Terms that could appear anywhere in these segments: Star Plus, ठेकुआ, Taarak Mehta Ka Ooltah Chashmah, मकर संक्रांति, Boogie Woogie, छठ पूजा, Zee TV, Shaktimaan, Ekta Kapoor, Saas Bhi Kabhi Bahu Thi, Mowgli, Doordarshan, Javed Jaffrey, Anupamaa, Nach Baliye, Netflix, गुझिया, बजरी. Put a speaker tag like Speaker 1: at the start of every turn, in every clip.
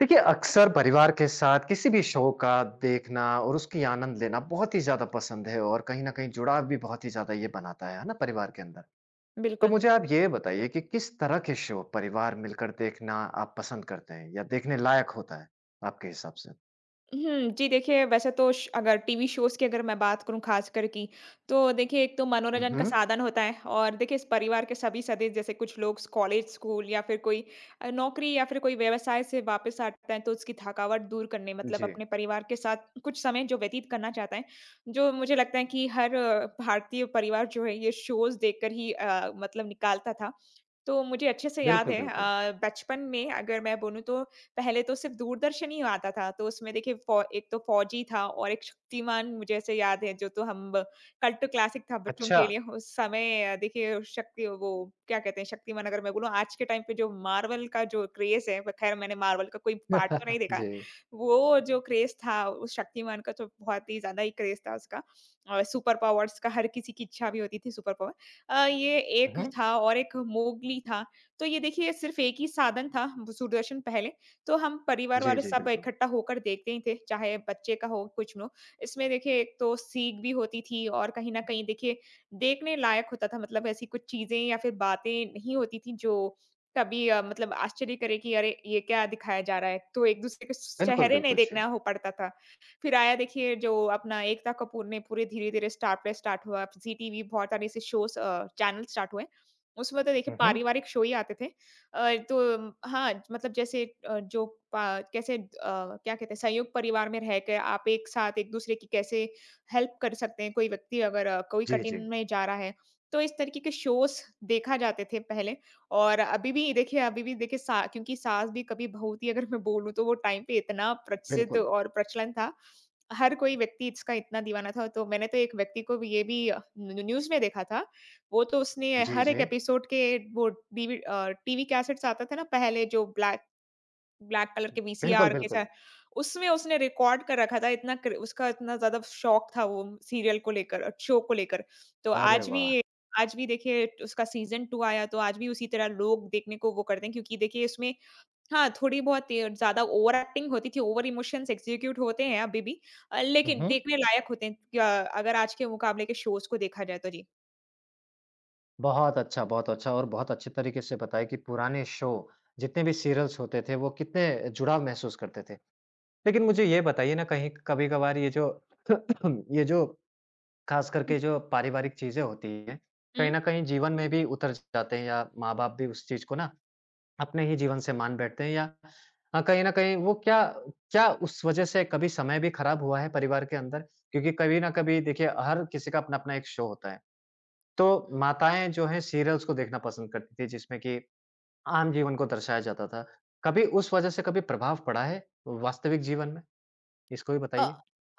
Speaker 1: देखिए, अक्सर परिवार के साथ किसी भी show का देखना और उसकी आनंद लेना बहुत ही ज़्यादा पसंद है और कहीं न कहीं जुड़ाव भी बहुत ही ज़्यादा ये बनाता है ना? परिवार के अंदर। तो
Speaker 2: बिल्कुल।
Speaker 1: मुझे आप ये बताइए कि किस तरह के शो परिवार मिलकर देखना आप पसंद करते हैं या देखने लायक होता है, आपके हिसाब से?
Speaker 2: जी, देखिए, वैसे तो श अगर टीवी शोज़ की अगर मैं बात करूँ, ख़ासकर की, तो देखिए, एक तो
Speaker 1: हुँ,
Speaker 2: मनोरंजन का
Speaker 1: हुँ।
Speaker 2: साधन होता है। और देखिए, इस परिवार के सभी सदस्य, जैसे कुछ लोग स कॉलेज, स्कूल या फिर कोई नौकरी या फिर कोई व्यवसाय से वापस आता है, तो उसकी थकावट दूर करने मतलब
Speaker 1: जी।
Speaker 2: अपने परिवार के साथ कुछ समय जो व्यतीत करना चाहता है, जो मुझे लगता है कि हर भारतीय परिवार जो है, ये शोज़ देखकर ही मतलब निकालता था। तो मुझे अच्छे से याद
Speaker 1: बिल्कुल,
Speaker 2: है,
Speaker 1: बिल्कुल।
Speaker 2: बचपन में अगर मैं बोलूँ, तो पहले तो सिर्फ़ दूरदर्शन ही आता था। तो उसमें देखिए, फ़ौ एक तो फौजी था और एक शक्तिमान, मुझे ऐसे याद है, जो तो हम कल्ट क्लासिक था बच्चों
Speaker 1: अच्छा।
Speaker 2: के लिए। उस समय देखिए, शक्ति वो क्या कहते हैं, शक्तिमान, अगर मैं बोलूँ आज के टाइम पे जो मार्वल का जो क्रेज़ है, ख़ैर मैंने मार्वल का कोई पार्ट तो नहीं देखा है।
Speaker 1: जी।
Speaker 2: वो जो क्रेज़ था उस शक्तिमान का, तो बहुत ही ज़्यादा ही क्रेज़ था उसका। और सुपर पावर्स का हर किसी की इच्छा भी होती थी, सुपर पावर। ये
Speaker 1: हुँ,
Speaker 2: एक
Speaker 1: हुँ।
Speaker 2: था, और एक मोगली था। तो ये देखिए, सिर्फ़ एक ही साधन था दूरदर्शन पहले। तो हम परिवार
Speaker 1: जी,
Speaker 2: वाले
Speaker 1: जी,
Speaker 2: सब
Speaker 1: बिल्कुल।
Speaker 2: इकट्ठा होकर देखते ही थे, चाहे बच्चे का हो, कुछ हो। इसमें देखिए, एक तो सीख भी होती थी, और कहीं न कहीं देखिए देखने लायक होता था। मतलब ऐसी कुछ चीज़ें या फिर बातें नहीं होती थी जो कभी मतलब आश्चर्य करे, कि अरे! ये क्या दिखाया जा रहा है? तो एक-दूसरे के स
Speaker 1: बिल्कुल,
Speaker 2: चेहरे नहीं
Speaker 1: बिल्कुल, जी।
Speaker 2: देखना हो पड़ता था। फिर आया देखिए, जो अपना एकता कपूर ने पूरे धीरे-धीरे स्टार प्लस स्टार्ट हुआ, ज़ी टीवी, बहुत सारे ऐसे शोज़ चैनल स्टार्ट हुए। उसमें तो देखिए
Speaker 1: हुँ, हुँ।
Speaker 2: पारिवारिक शो ही आते थे। तो हाँ, मतलब जैसे जो पा कैसे क्या कहते हैं, संयुक्त परिवार में रह के आप एक साथ एक-दूसरे की कैसे हेल्प कर सकते हैं, कोई व्यक्ति अगर कोई
Speaker 1: जी,
Speaker 2: कठिन
Speaker 1: जी।
Speaker 2: में जा रहा है। तो इस तरीके के शोज़ देखा जाते थे पहले। और अभी भी देखिए सा क्योंकि सास भी कभी बहू थी, अगर मैं बोलूँ तो वो टाइम पे इतना प्रचलित
Speaker 1: बिल्कुल।
Speaker 2: और प्रचलन था। हर कोई व्यक्ति इसका इतना दीवाना था, तो मैंने तो एक व्यक्ति को भी ये भी न्यूज़ में देखा था। वो तो उसने
Speaker 1: जी,
Speaker 2: हर एक
Speaker 1: जी।
Speaker 2: एपिसोड के वो टीवी कैसेट्स आता था ना पहले, जो ब्लैक ब्लैक कलर के
Speaker 1: बिल्कुल,
Speaker 2: वीसीआर के
Speaker 1: बिल्कुल।
Speaker 2: साथ, उसमें उसने रिकॉर्ड कर रखा था। इतना क्र उसका इतना ज़्यादा शौक था वो, सीरियल को लेकर, और शो को लेकर। तो
Speaker 1: अरे
Speaker 2: आज
Speaker 1: वाह!
Speaker 2: भी आज भी देखिए उसका सीज़न 2 आया, तो आज भी उसी तरह लोग देखने को वो करते हैं, क्योंकि देखिए इसमें, हाँ, थोड़ी बहुत ये ज़्यादा ओवर एक्टिंग होती थी, ओवर इमोशंस एग्ज़ीक्यूट होते हैं अभी भी लेकिन देखने लायक होते हैं, अगर आज के मुकाबले के शोज़ को देखा जाए, तो। जी।
Speaker 1: बहुत अच्छा और बहुत अच्छे तरीके से बताया कि पुराने शो, जितने भी सीरियल्स होते थे, वो कितने जुड़ाव महसूस करते थे। लेकिन मुझे ये बताइए ना कहीं कभी-कभार ये जो ये जो ख़ास
Speaker 2: हुँ।
Speaker 1: करके जो पारिवारिक चीज़ें होती हैं, कहीं
Speaker 2: हुँ।
Speaker 1: न कहीं जीवन में भी उतर जाते हैं या माँ-बाप भी उस चीज़ को ना अपने ही जीवन से मान बैठते हैं या कहीं न कहीं वो क्या क्या उस वज़ह से कभी समय भी ख़राब हुआ है परिवार के अंदर? क्योंकि कभी न कभी देखिए हर किसी का अपना-अपना एक शो होता है। तो माताएँ जो हैं सीरियल्स को देखना पसंद करती थी जिसमें कि आम जीवन को दर्शाया जाता था। कभी उस वज़ह से कभी प्रभाव पड़ा है वास्तविक जीवन में? इसको भी
Speaker 2: अ
Speaker 1: बताइए।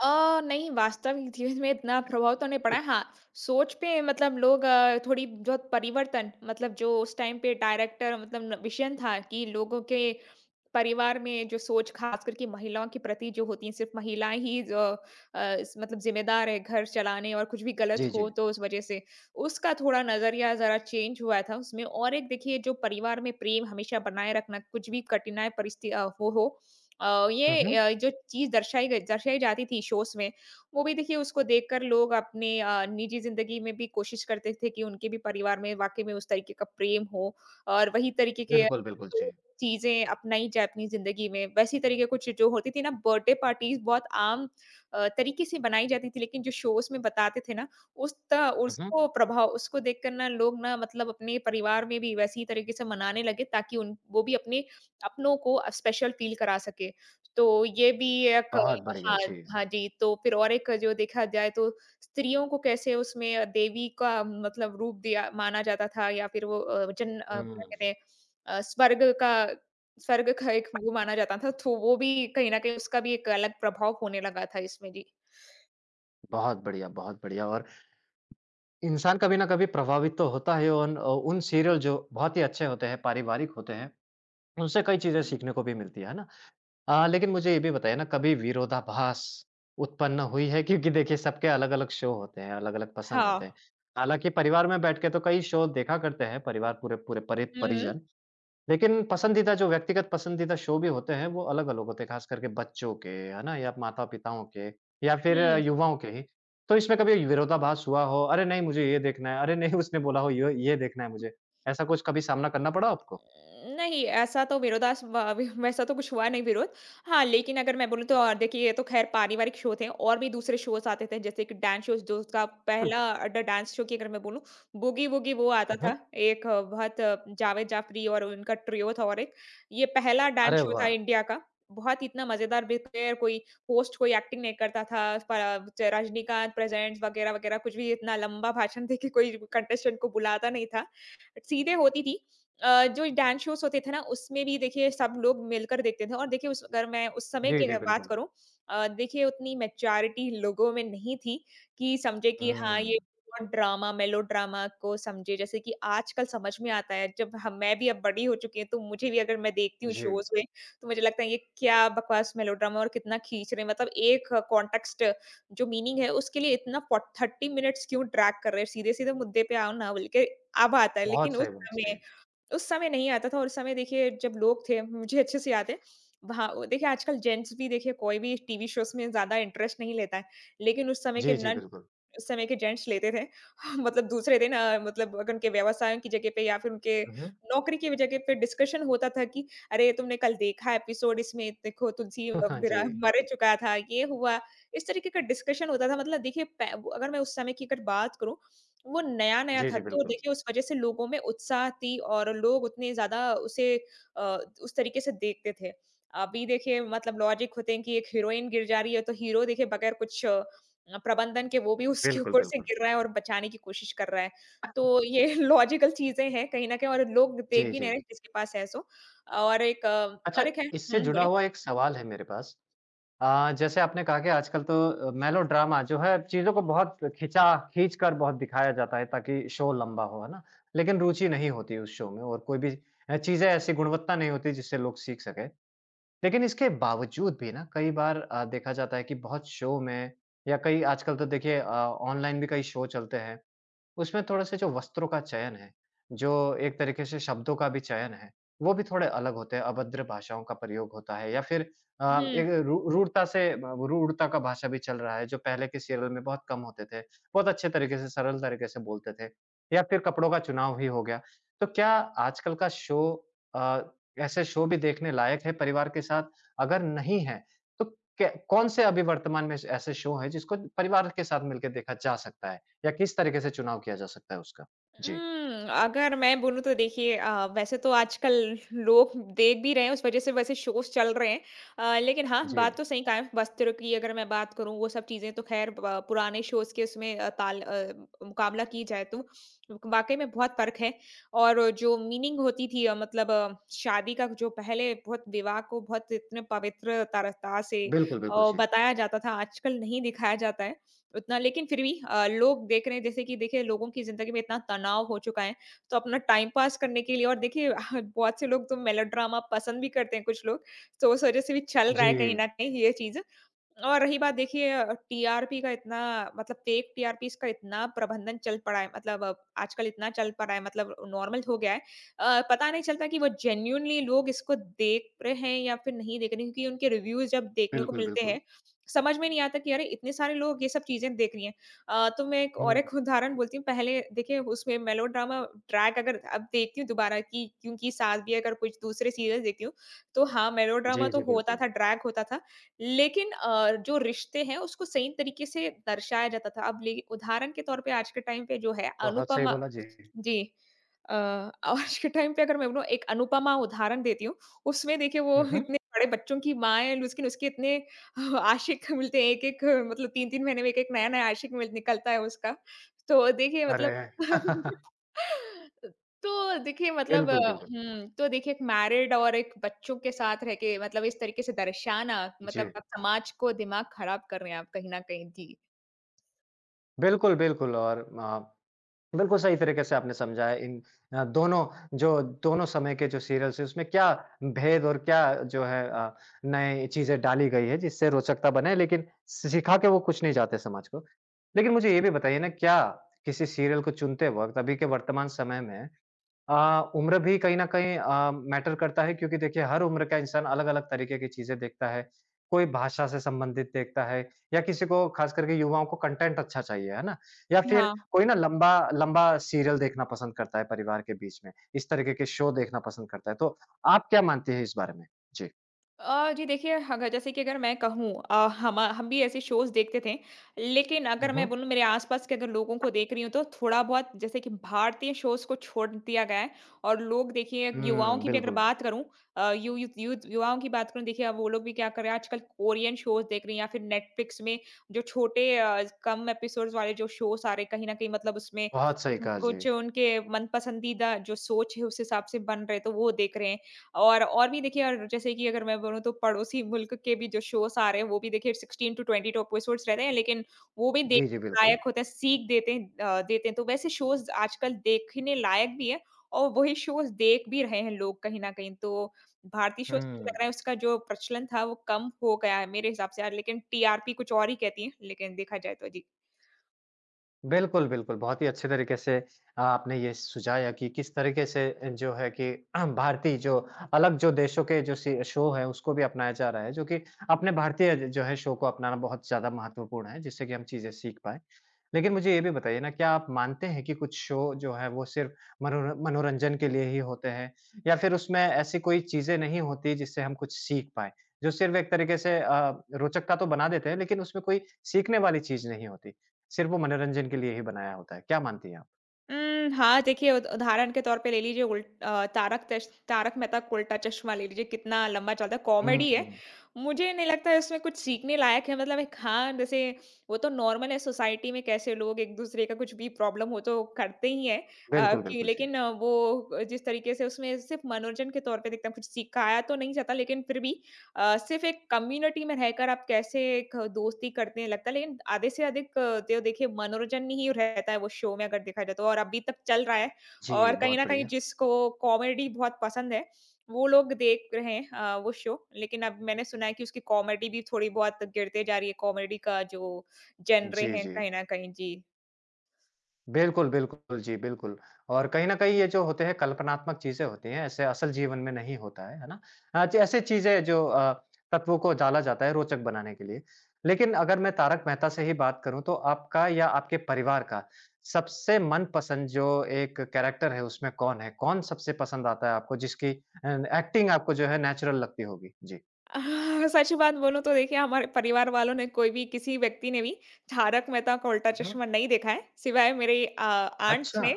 Speaker 2: नहीं, वास्तविक जीवन में इतना प्रभाव तो नहीं पड़ा है। हाँ, सोच पे मतलब लोग थोड़ी बहुत परिवर्तन, मतलब जो उस टाइम पे डायरेक्टर मतलब विजन था कि लोगों के परिवार में जो सोच, खास करके महिलाओं के प्रति जो होती है, सिर्फ महिलाएं ही जो, इस मतलब जिम्मेदार है घर चलाने, और कुछ भी गलत
Speaker 1: जी,
Speaker 2: हो
Speaker 1: जी।
Speaker 2: तो उस वजह से उसका थोड़ा नजरिया जरा चेंज हुआ था उसमें। और एक देखिए, जो परिवार में प्रेम हमेशा बनाए रखना कुछ भी कठिनाई परिस्थिति हो
Speaker 1: हुँ,
Speaker 2: ये
Speaker 1: हुँ।
Speaker 2: जो चीज दर्शाई जाती थी शोस में, वो भी देखिए उसको देखकर लोग अपने निजी जिंदगी में भी कोशिश करते थे कि उनके भी परिवार में वाकई में उस तरीके का प्रेम हो, और वही तरीके के
Speaker 1: बिल्कुल, बिल्कुल,
Speaker 2: तो
Speaker 1: जी।
Speaker 2: चीज़ें अपनाई जाए अपनी ज़िंदगी में। वैसी तरीके कुछ जो होती थी ना, बर्थडे पार्टीज़ बहुत आम तरीके से बनाई जाती थी, लेकिन जो शोज़ में बताते थे ना, उस त
Speaker 1: हुँ, हुँ।
Speaker 2: उसको प्रभाव उसको देखकर ना लोग, ना मतलब अपने परिवार में भी वैसी तरीके से मनाने लगे, ताकि उन वो भी अपने अपनों को स्पेशल फ़ील करा सके। तो ये भी एक
Speaker 1: बहुत बढ़िया,
Speaker 2: हाँ,
Speaker 1: जी।
Speaker 2: हाँ जी। तो फिर और एक जो देखा जाए, तो स्त्रियों को कैसे उसमें देवी का मतलब रूप दिया माना जाता था, या फिर वो क्या
Speaker 1: हुँ।
Speaker 2: कहते हैं, अ, स्वर्ग का स्वर्ग का एक वो माना जाता था, तो वो भी कहीं न कहीं उसका भी एक अलग प्रभाव होने लगा था इसमें। जी।
Speaker 1: बहुत बढ़िया और इंसान कभी न कभी प्रभावित तो होता है उन उन सीरियल जो बहुत ही अच्छे होते हैं, पारिवारिक होते हैं, उनसे कई चीज़ें हुँ। सीखने को भी मिलती है ना? लेकिन मुझे ये भी बताइए ना कभी विरोधाभास उत्पन्न हुई है? क्योंकि देखिए सबके अलग-अलग शो होते हैं, अलग-अलग पसंद
Speaker 2: हाँ।
Speaker 1: होते हैं। हालाँकि परिवार में बैठ के तो कई शो देखा करते हैं परिवार पूरे पूरे परि
Speaker 2: हुँ, हुँ।
Speaker 1: परिजन। लेकिन पसंदीदा जो व्यक्तिगत पसंदीदा शो भी होते हैं वो अलग-अलग होते हैं, खास करके बच्चों के, है ना? या माता-पिताओं के या फिर
Speaker 2: हुँ।
Speaker 1: युवाओं के ही। तो इसमें कभी विरोधाभास हुआ हो, "अरे नहीं मुझे ये देखना है, अरे नहीं उसने बोला हो यो ये देखना है मुझे।" ऐसा कुछ कभी सामना करना पड़ा आपको?
Speaker 2: नहीं, ऐसा तो विरोधास व वि वैसा तो कुछ हुआ नहीं, विरोध। हाँ, लेकिन अगर मैं बोलूँ तो देखिए, ये तो खैर पारिवारिक शो थे, और भी दूसरे शोज़ आते थे, जैसे कि डांस शोज़। जो उसका
Speaker 1: हुँ।
Speaker 2: पहला ड डांस शो की अगर मैं बोलूँ, बूगी वूगी वो आता
Speaker 1: हुँ,
Speaker 2: था।
Speaker 1: हुँ।
Speaker 2: एक बहुत जावेद जाफ़री और उनका ट्रियो था, और एक, ये पहला डांस
Speaker 1: अरे
Speaker 2: शो था
Speaker 1: वाह!
Speaker 2: इंडिया का। बहुत इतना मज़ेदार, बेखैर कोई होस्ट, कोई एक्टिंग नहीं करता था। प च रजनीकांत प्रेजेंट्स वगैरह-वगैरह कुछ भी इतना लंबा भाषण देके कोई कंटेस्टेंट को बुलाता नहीं था। सीधे होती थी। अ, जो डांस शोज़ होते थे ना, उसमें भी देखिए सब लोग मिलकर देखते थे। और देखिए, उस अगर मैं उस समय
Speaker 1: जी,
Speaker 2: की
Speaker 1: जी,
Speaker 2: अगर बात
Speaker 1: बिल्कुल।
Speaker 2: करूँ, देखिए, उतनी मैच्योरिटी लोगों में नहीं थी कि समझे कि हाँ,
Speaker 1: हुँ।
Speaker 2: ये बहुत ड्रामा, मेलोड्रामा को समझे, जैसे कि आजकल समझ में आता है। जब हम मैं भी अब बड़ी हो चुकी हूँ, तो मुझे भी अगर मैं देखती हूँ
Speaker 1: जी,
Speaker 2: शोज़ में, तो मुझे लगता है, ये क्या बकवास मेलोड्रामा और कितना खींच रहे हैं। मतलब एक कॉन्टेक्स्ट, जो मीनिंग है उसके लिए इतना पो 30 मिनट्स क्यों ड्रैग कर रहे हैं, सीधे-सीधे मुद्दे पे आओ ना बोल के अब आता है। लेकिन
Speaker 1: बहुत सही बात, जी।
Speaker 2: उस समय नहीं आता था। और उस समय देखिए जब लोग थे, मुझे अच्छे से याद है, वहाँ देखिए आजकल जेंट्स भी देखिए कोई भी टीवी शोज़ में ज़्यादा इंटरेस्ट नहीं लेता है। लेकिन
Speaker 1: जी, जी, बिल्कुल।
Speaker 2: उस समय के जेंट्स लेते थे। मतलब दूसरे दिन, मतलब अगर उनके व्यवसायों की जगह पे, या फिर उनके
Speaker 1: उहुँ।
Speaker 2: नौकरी की भी जगह पे डिस्कशन होता था, कि, "अरे! तुमने कल देखा एपिसोड? इसमें देखो तुलसी बिरा
Speaker 1: जी।
Speaker 2: मर चुका था, ये हुआ।" इस तरीके का डिस्कशन होता था। मतलब देखिए पै वो अगर मैं उस समय की अगर बात करूँ, वो नया-नया
Speaker 1: जी,
Speaker 2: था,
Speaker 1: जी,
Speaker 2: तो
Speaker 1: बिल्कुल।
Speaker 2: देखिए उस वजह से लोगों में उत्साह थी और लोग उतने ज़्यादा उसे अ, उस तरीके से देखते थे। अभी देखिए मतलब लॉजिक होते हैं कि एक हीरोइन गिर जा रही है तो हीरो देखिए बगैर कुछ प्रबंधन के वो भी उसके
Speaker 1: बिल्कुल,
Speaker 2: ऊपर से
Speaker 1: बिल्कुल।
Speaker 2: गिर रहा है और बचाने की कोशिश कर रहा है। तो ये लॉजिकल चीज़ें हैं कहीं न कहीं, और लोग देख
Speaker 1: जी,
Speaker 2: भी नहीं
Speaker 1: जी।
Speaker 2: रहे जिसके पास है सो। और एक अ,
Speaker 1: अच्छा
Speaker 2: और एक है,
Speaker 1: इससे
Speaker 2: हुँ,
Speaker 1: जुड़ा
Speaker 2: बोलिए।
Speaker 1: हुआ एक सवाल है मेरे पास। जैसे आपने कहा कि आजकल तो मेलोड्रामा जो है चीज़ों को बहुत खिंचा खींच कर बहुत दिखाया जाता है ताकि शो लंबा हो, है ना? लेकिन रुचि नहीं होती उस शो में और कोई भी चीज़ें ऐसी गुणवत्ता नहीं होती जिससे लोग सीख सकें। लेकिन इसके बावजूद भी ना कई बार देखा जाता है कि बहुत शो में या कई आजकल तो देखिए ऑनलाइन भी कई शो चलते हैं। उसमें थोड़े-से जो वस्त्रों का चयन है, जो एक तरीके से शब्दों का भी चयन है, वो भी थोड़े अलग होते हैं, अभद्र भाषाओं का प्रयोग होता है या फिर अ, एक रू रूढ़ता से ब रूढ़ता का भाषा भी चल रहा है, जो पहले के सीरियल में बहुत कम होते थे। बहुत अच्छे तरीके से, सरल तरीके से बोलते थे या फिर कपड़ों का चुनाव ही हो गया। तो क्या आजकल का शो अ, ऐसे शो भी देखने लायक है परिवार के साथ? अगर नहीं है, तो कै कौन-से अभी वर्तमान में ऐसे शो हैं, जिसको परिवार के साथ मिलके देखा जा सकता है? या किस तरीके से चुनाव किया जा सकता है उसका? जी।
Speaker 2: अगर मैं बोलूँ, तो देखिए, वैसे तो आजकल लोग देख भी रहे हैं, उस वज़ह से वैसे शोज़ चल रहे हैं। लेकिन हाँ,
Speaker 1: जी।
Speaker 2: बात तो सही कहा है। वस्त्रों की अगर मैं बात करूँ, वो सब चीज़ें तो ख़ैर ब पुराने शोज़ के उसमें मुकाबला की जाए तो वाक़ई में बहुत फ़र्क है। और जो मीनिंग होती थी, मतलब, शादी का जो पहले बहुत, विवाह को बहुत इतने पवित्र तरह से
Speaker 1: बिल्कुल, बिल्कुल, जी।
Speaker 2: बताया जाता था, आजकल नहीं दिखाया जाता है उतना। लेकिन फिर भी लोग देख रहे हैं, जैसे कि देखिए लोगों की ज़िंदगी में इतना तनाव हो चुका है, तो अपना टाइम पास करने के लिए। और देखिए, बहुत से लोग तो मेलोड्रामा पसंद भी करते हैं कुछ लोग, तो उस वज़ह से भी चल रहा है कहीं
Speaker 1: जी।
Speaker 2: न कहीं ये चीज़। और रही बात देखिए, टीआरपी का इतना, मतलब फेक टीआरपीज़ का इतना प्रबंधन चल पड़ा है, मतलब अब आजकल इतना चल पड़ा है, मतलब नॉर्मल हो गया है। पता नहीं चलता कि वो जेन्युइनली लोग इसको देख रहे हैं या फिर नहीं देख रहे हैं, क्योंकि उनके रिव्यूज़ जब देखने को
Speaker 1: बिल्कुल,
Speaker 2: मिलते
Speaker 1: बिल्कुल।
Speaker 2: हैं, समझ में नहीं आता, कि अरे! इतने सारे लोग ये सब चीज़ें देख रही हैं। तो मैं एक और
Speaker 1: हुँ।
Speaker 2: एक उदाहरण बोलती हूँ पहले देखिए उसमें मेलोड्रामा ट्रैक अगर अब देखती हूँ दोबारा कि क्योंकि साथ भी अगर कुछ दूसरे सीरियल्स देखती हूँ, तो हाँ,
Speaker 1: जी,
Speaker 2: मेलोड्रामा तो
Speaker 1: जी,
Speaker 2: होता
Speaker 1: बिल्कुल।
Speaker 2: था, ड्रैग होता था। लेकिन जो रिश्ते हैं उसको सही तरीके से दर्शाया जाता था। अब ले उदाहरण के तौर पे आज के टाइम पे जो है
Speaker 1: बहुत सही
Speaker 2: अनुपम
Speaker 1: बोला, जी।
Speaker 2: जी। आज के टाइम पे अगर मैं बोलूँ एक अनुपमा उदाहरण देती हूँ, उसमें देखिए वो
Speaker 1: हुँ, हुँ।
Speaker 2: इतने बड़े बच्चों की माँ है लेकिन उसके इतने आशिक मिलते हैं एक-एक मतलब 3-3 महीने में एक-एक नया-नया आशिक मिल निकलता है उसका। तो देखिए मतलब
Speaker 1: अरे! बिल्कुल, बिल्कुल।
Speaker 2: तो देखिए एक मैरिड और एक बच्चों के साथ रह के मतलब इस तरीके से दर्शाना
Speaker 1: जी।
Speaker 2: मतलब आप समाज को दिमाग खराब कर रहे हैं आप कहीं न कहीं। जी।
Speaker 1: बिल्कुल, बिल्कुल और बिल्कुल सही तरीके से आपने समझा है इन दोनों जो दोनों समय के जो सीरियल्स हैं उसमें क्या भेद और क्या जो है नए चीज़ें डाली गई है जिससे रोचकता बने लेकिन सिखा के वो कुछ नहीं जाते समाज को। लेकिन मुझे ये भी बताइए ना क्या किसी सीरियल को चुनते वक़्त अभी के वर्तमान समय में अ, उम्र भी कहीं न कहीं मैटर करता है क्योंकि देखिए हर उम्र का इंसान अलग-अलग तरीके की चीज़ें देखता है। कोई भाषा से संबंधित देखता है या किसी को ख़ास करके युवाओं को कंटेंट अच्छा चाहिए, है ना? या फिर
Speaker 2: हाँ।
Speaker 1: कोई ना लंबा लंबा सीरियल देखना पसंद करता है परिवार के बीच में, इस तरीके के शो देखना पसंद करता है। तो आप क्या मानती हैं इस बारे में? जी।
Speaker 2: जी देखिए, अगर जैसे कि अगर मैं कहूँ हम भी ऐसे शोज़ देखते थे। लेकिन
Speaker 1: हुँ,
Speaker 2: अगर मैं
Speaker 1: हुँ।
Speaker 2: बोलूँ मेरे आस-पास के अगर लोगों को देख रही हूँ तो थोड़ा-बहुत जैसे कि भारतीय शोज़ को छोड़ दिया गया है और लोग देखिए युवाओं
Speaker 1: हुँ,
Speaker 2: की भी अगर
Speaker 1: बिल्कुल।
Speaker 2: बात करूँ अ, यू यू यूथ युवाओं की बात करूँ देखिए अब वो लोग भी क्या कर रहे हैं आजकल कोरियन शोज़ देख रही हैं या फिर नेटफ्लिक्स में जो छोटे कम एपिसोड्स वाले जो शोज़ आ रहे हैं कहीं न कहीं मतलब उसमें
Speaker 1: बहुत सही कहा, जी।
Speaker 2: कुछ उनके मन पसंदीदा जो सोच है उस हिसाब से बन रहे हैं तो वो देख रहे हैं। और भी देखिए और जैसे कि अगर मैं बोलूँ तो पड़ोसी मुल्क के भी जो शोज़ आ रहे हैं, वो भी देखिए 16-20 टॉप एपिसोड्स रहते हैं, लेकिन वो भी
Speaker 1: जी, जी,
Speaker 2: देखने
Speaker 1: बिल्कुल।
Speaker 2: लायक होते हैं, सीख देते हैं। तो वैसे शोज़ आजकल देखने लायक भी है और वही शोज़ देख भी रहे हैं लोग कहीं न कहीं। तो भारतीय शोज़ मुझे लग
Speaker 1: हुँ।
Speaker 2: रहा है उसका जो प्रचलन था, वो कम हो गया है मेरे हिसाब से यार, लेकिन टीआरपी कुछ और ही कहती है, लेकिन देखा जाए तो जी।
Speaker 1: बिल्कुल, बिल्कुल। बहुत ही अच्छे तरीके से आपने ये सुझाया कि किस तरीके से जो है कि भारतीय जो अलग जो देशों के जो सी शो है उसको भी अपनाया जा रहा है, जो कि अपने भारतीय ज जो है शो को अपनाना बहुत ज़्यादा महत्वपूर्ण है, जिससे कि हम चीज़ें सीख पाएँ। लेकिन मुझे ये भी बताइए ना क्या आप मानते हैं कि कुछ शो जो है वो सिर्फ़ मनोरंजन के लिए ही होते हैं? या फिर उसमें ऐसी कोई चीज़ें नहीं होती जिससे हम कुछ सीख पाएँ? जो सिर्फ़ एक तरीके से रोचकता तो बना देते हैं लेकिन उसमें कोई सीखने वाली चीज़ नहीं होती। सिर्फ़ वो मनोरंजन के लिए ही बनाया होता है। क्या मानती हैं आप?
Speaker 2: हाँ, देखिए उद उदाहरण के तौर पे ले लीजिए उल अ, तारक तश तारक मेहता का उल्टा चश्मा ले लीजिए, कितना लंबा चलता है, कॉमेडी है।
Speaker 1: हुँ।
Speaker 2: मुझे नहीं लगता है इसमें कुछ सीखने लायक है मतलब एक हाँ, जैसे वो तो नॉर्मल है सोसाइटी में कैसे लोग एक-दूसरे का कुछ भी प्रॉब्लम हो तो करते ही हैं। अ,
Speaker 1: बिल्कुल,
Speaker 2: कि
Speaker 1: बिल्कुल, जी।
Speaker 2: लेकिन वो जिस तरीके से उसमें सिर्फ़ मनोरंजन के तौर पे देखता हूँ, कुछ सिखाया तो नहीं जाता लेकिन फिर भी सिर्फ एक कम्युनिटी में रहकर आप कैसे एक दोस्ती करते हैं लगता है लेकिन आधे से अधिक तो देखिए मनोरंजन ही रहता है वो शो में अगर देखा जाए तो और अभी तक चल रहा है
Speaker 1: जी,
Speaker 2: और कहीं
Speaker 1: बहुत
Speaker 2: ना कहीं
Speaker 1: बढ़िया।
Speaker 2: जिसको कॉमेडी बहुत पसंद है वो लोग देख रहे हैं वो शो लेकिन अब मैंने सुना है कि उसकी कॉमेडी भी थोड़ी बहुत गिरते जा रही है कॉमेडी का जो जनरे
Speaker 1: जी,
Speaker 2: है
Speaker 1: जी।
Speaker 2: कहीं ना कहीं जी।
Speaker 1: बिल्कुल, बिल्कुल, जी, बिल्कुल। और कहीं न कहीं ये जो होते हैं कल्पनात्मक चीज़ें होती हैं, ऐसे असल जीवन में नहीं होता है ना? हाँ, च ऐसे चीज़ें जो तत्वों को डाला जाता है रोचक बनाने के लिए। लेकिन अगर मैं तारक मेहता से ही बात करूँ तो आपका या आपके परिवार का सबसे मनपसंद जो एक कैरेक्टर है उसमें कौन है? कौन सबसे पसंद आता है आपको जिसकी एक्टिंग आपको जो है नेचुरल लगती होगी?
Speaker 2: हाँ, सच बात बोलूँ तो देखिए हमारे परिवार वालों ने कोई भी किसी व्यक्ति ने भी तारक मेहता का उल्टा
Speaker 1: जी।
Speaker 2: चश्मा नहीं देखा है, सिवाय मेरे आंट्स
Speaker 1: अच्छा!
Speaker 2: ने,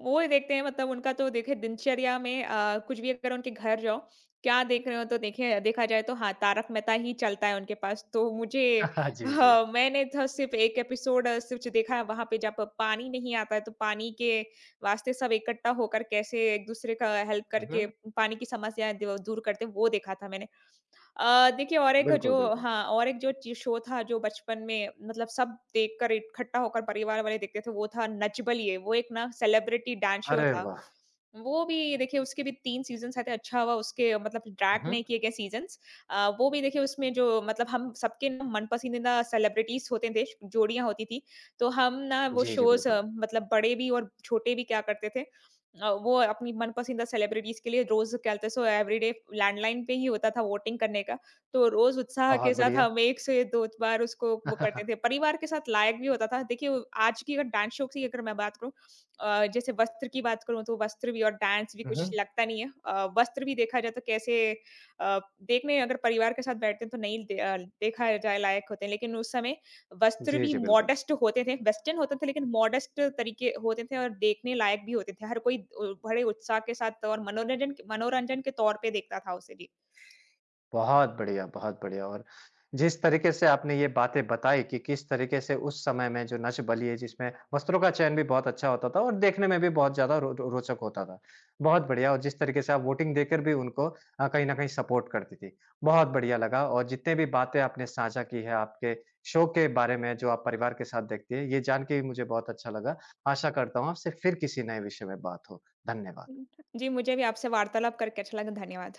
Speaker 2: वो ही देखते हैं मतलब उनका तो देखिए दिनचर्या में कुछ भी अगर उनके घर जाओ, क्या देख रहे हो तो देखिए देखा जाए तो हाँ, तारक मेहता ही चलता है उनके पास। तो मुझे
Speaker 1: जी, जी।
Speaker 2: हाँ, मैंने तो सिर्फ़ 1 एपिसोड सिर्फ़ देखा है वहाँ पे जब पानी नहीं आता है तो पानी के वास्ते सब इकट्ठा होकर कैसे एक-दूसरे का हेल्प
Speaker 1: हुँ,
Speaker 2: करके
Speaker 1: हुँ।
Speaker 2: पानी की समस्या द दूर करते हैं, वो देखा था मैंने। देखिए और एक जो
Speaker 1: बिल्कुल, बिल्कुल।
Speaker 2: हाँ, और एक जो चि शो था जो बचपन में मतलब सब देखकर इकट्ठा होकर परिवार वाले देखते थे, वो था नच बलिए, वो एक ना सेलिब्रिटी डांस शो
Speaker 1: अरे
Speaker 2: था।
Speaker 1: वाह!
Speaker 2: वो भी देखिए उसके भी 3 सीज़न्स आए थे, अच्छा हुआ उसके मतलब
Speaker 1: हुँ,
Speaker 2: ड्रैग नहीं
Speaker 1: हुँ।
Speaker 2: किए गए सीज़न्स। वो भी देखिए उसमें जो मतलब हम सबके ना मन पसंदीदा सेलिब्रिटीज़ होते थे, जोड़ियाँ होती थी। तो हम ना वो
Speaker 1: जी, जी,
Speaker 2: शोज़
Speaker 1: बिल्कुल।
Speaker 2: मतलब बड़े भी और छोटे भी क्या करते थे वो अपनी मनपसंदीदा सेलिब्रिटीज़ के लिए रोज़ कहते सो एवरीडे लैंडलाइन पे ही होता था वोटिंग करने का। तो रोज़ उत्साह के
Speaker 1: बहुत
Speaker 2: साथ
Speaker 1: बढ़िया।
Speaker 2: हम 1 से 2 बार उसको वो करते थे। परिवार के साथ लायक भी होता था। देखिए वो आज की अगर डांस शो की अगर मैं बात करूँ जैसे वस्त्र की बात करूँ तो वस्त्र भी और डांस भी
Speaker 1: हुँ,
Speaker 2: कुछ
Speaker 1: हुँ।
Speaker 2: लगता नहीं है। वस्त्र भी देखा जाए तो कैसे देखने अगर परिवार के साथ बैठते हैं तो नहीं देखा जाए लायक होते हैं। लेकिन उस समय वस्त्र
Speaker 1: जी,
Speaker 2: भी
Speaker 1: जी, बिल्कुल।
Speaker 2: मॉडेस्ट होते थे, वेस्टर्न होते थे लेकिन मॉडेस्ट तरीके होते थे और देखने लायक भी होते थे। हर कोई बड़े उत्साह के साथ और मनोरंजन मनोरंजन के तौर पे देखता था उसे। जी।
Speaker 1: बहुत बढ़िया और जिस तरीके से आपने ये बातें बताई कि किस तरीके से उस समय में जो नच बलिए जिसमें वस्त्रों का चयन भी बहुत अच्छा होता था और देखने में भी बहुत ज़्यादा रो रो रोचक होता था। बहुत बढ़िया और जिस तरीके से आप वोटिंग देकर भी उनको कहीं न कहीं सपोर्ट करती थी। बहुत बढ़िया लगा और जितने भी बातें आपने साझा की है आपके शो के बारे में जो आप परिवार के साथ देखती है, ये जान के भी मुझे बहुत अच्छा लगा। आशा करता हूँ आपसे फिर किसी नए विषय में बात हो। धन्यवाद।
Speaker 2: जी, मुझे भी आपसे वार्तालाप करके अच्छा लगा। धन्यवाद।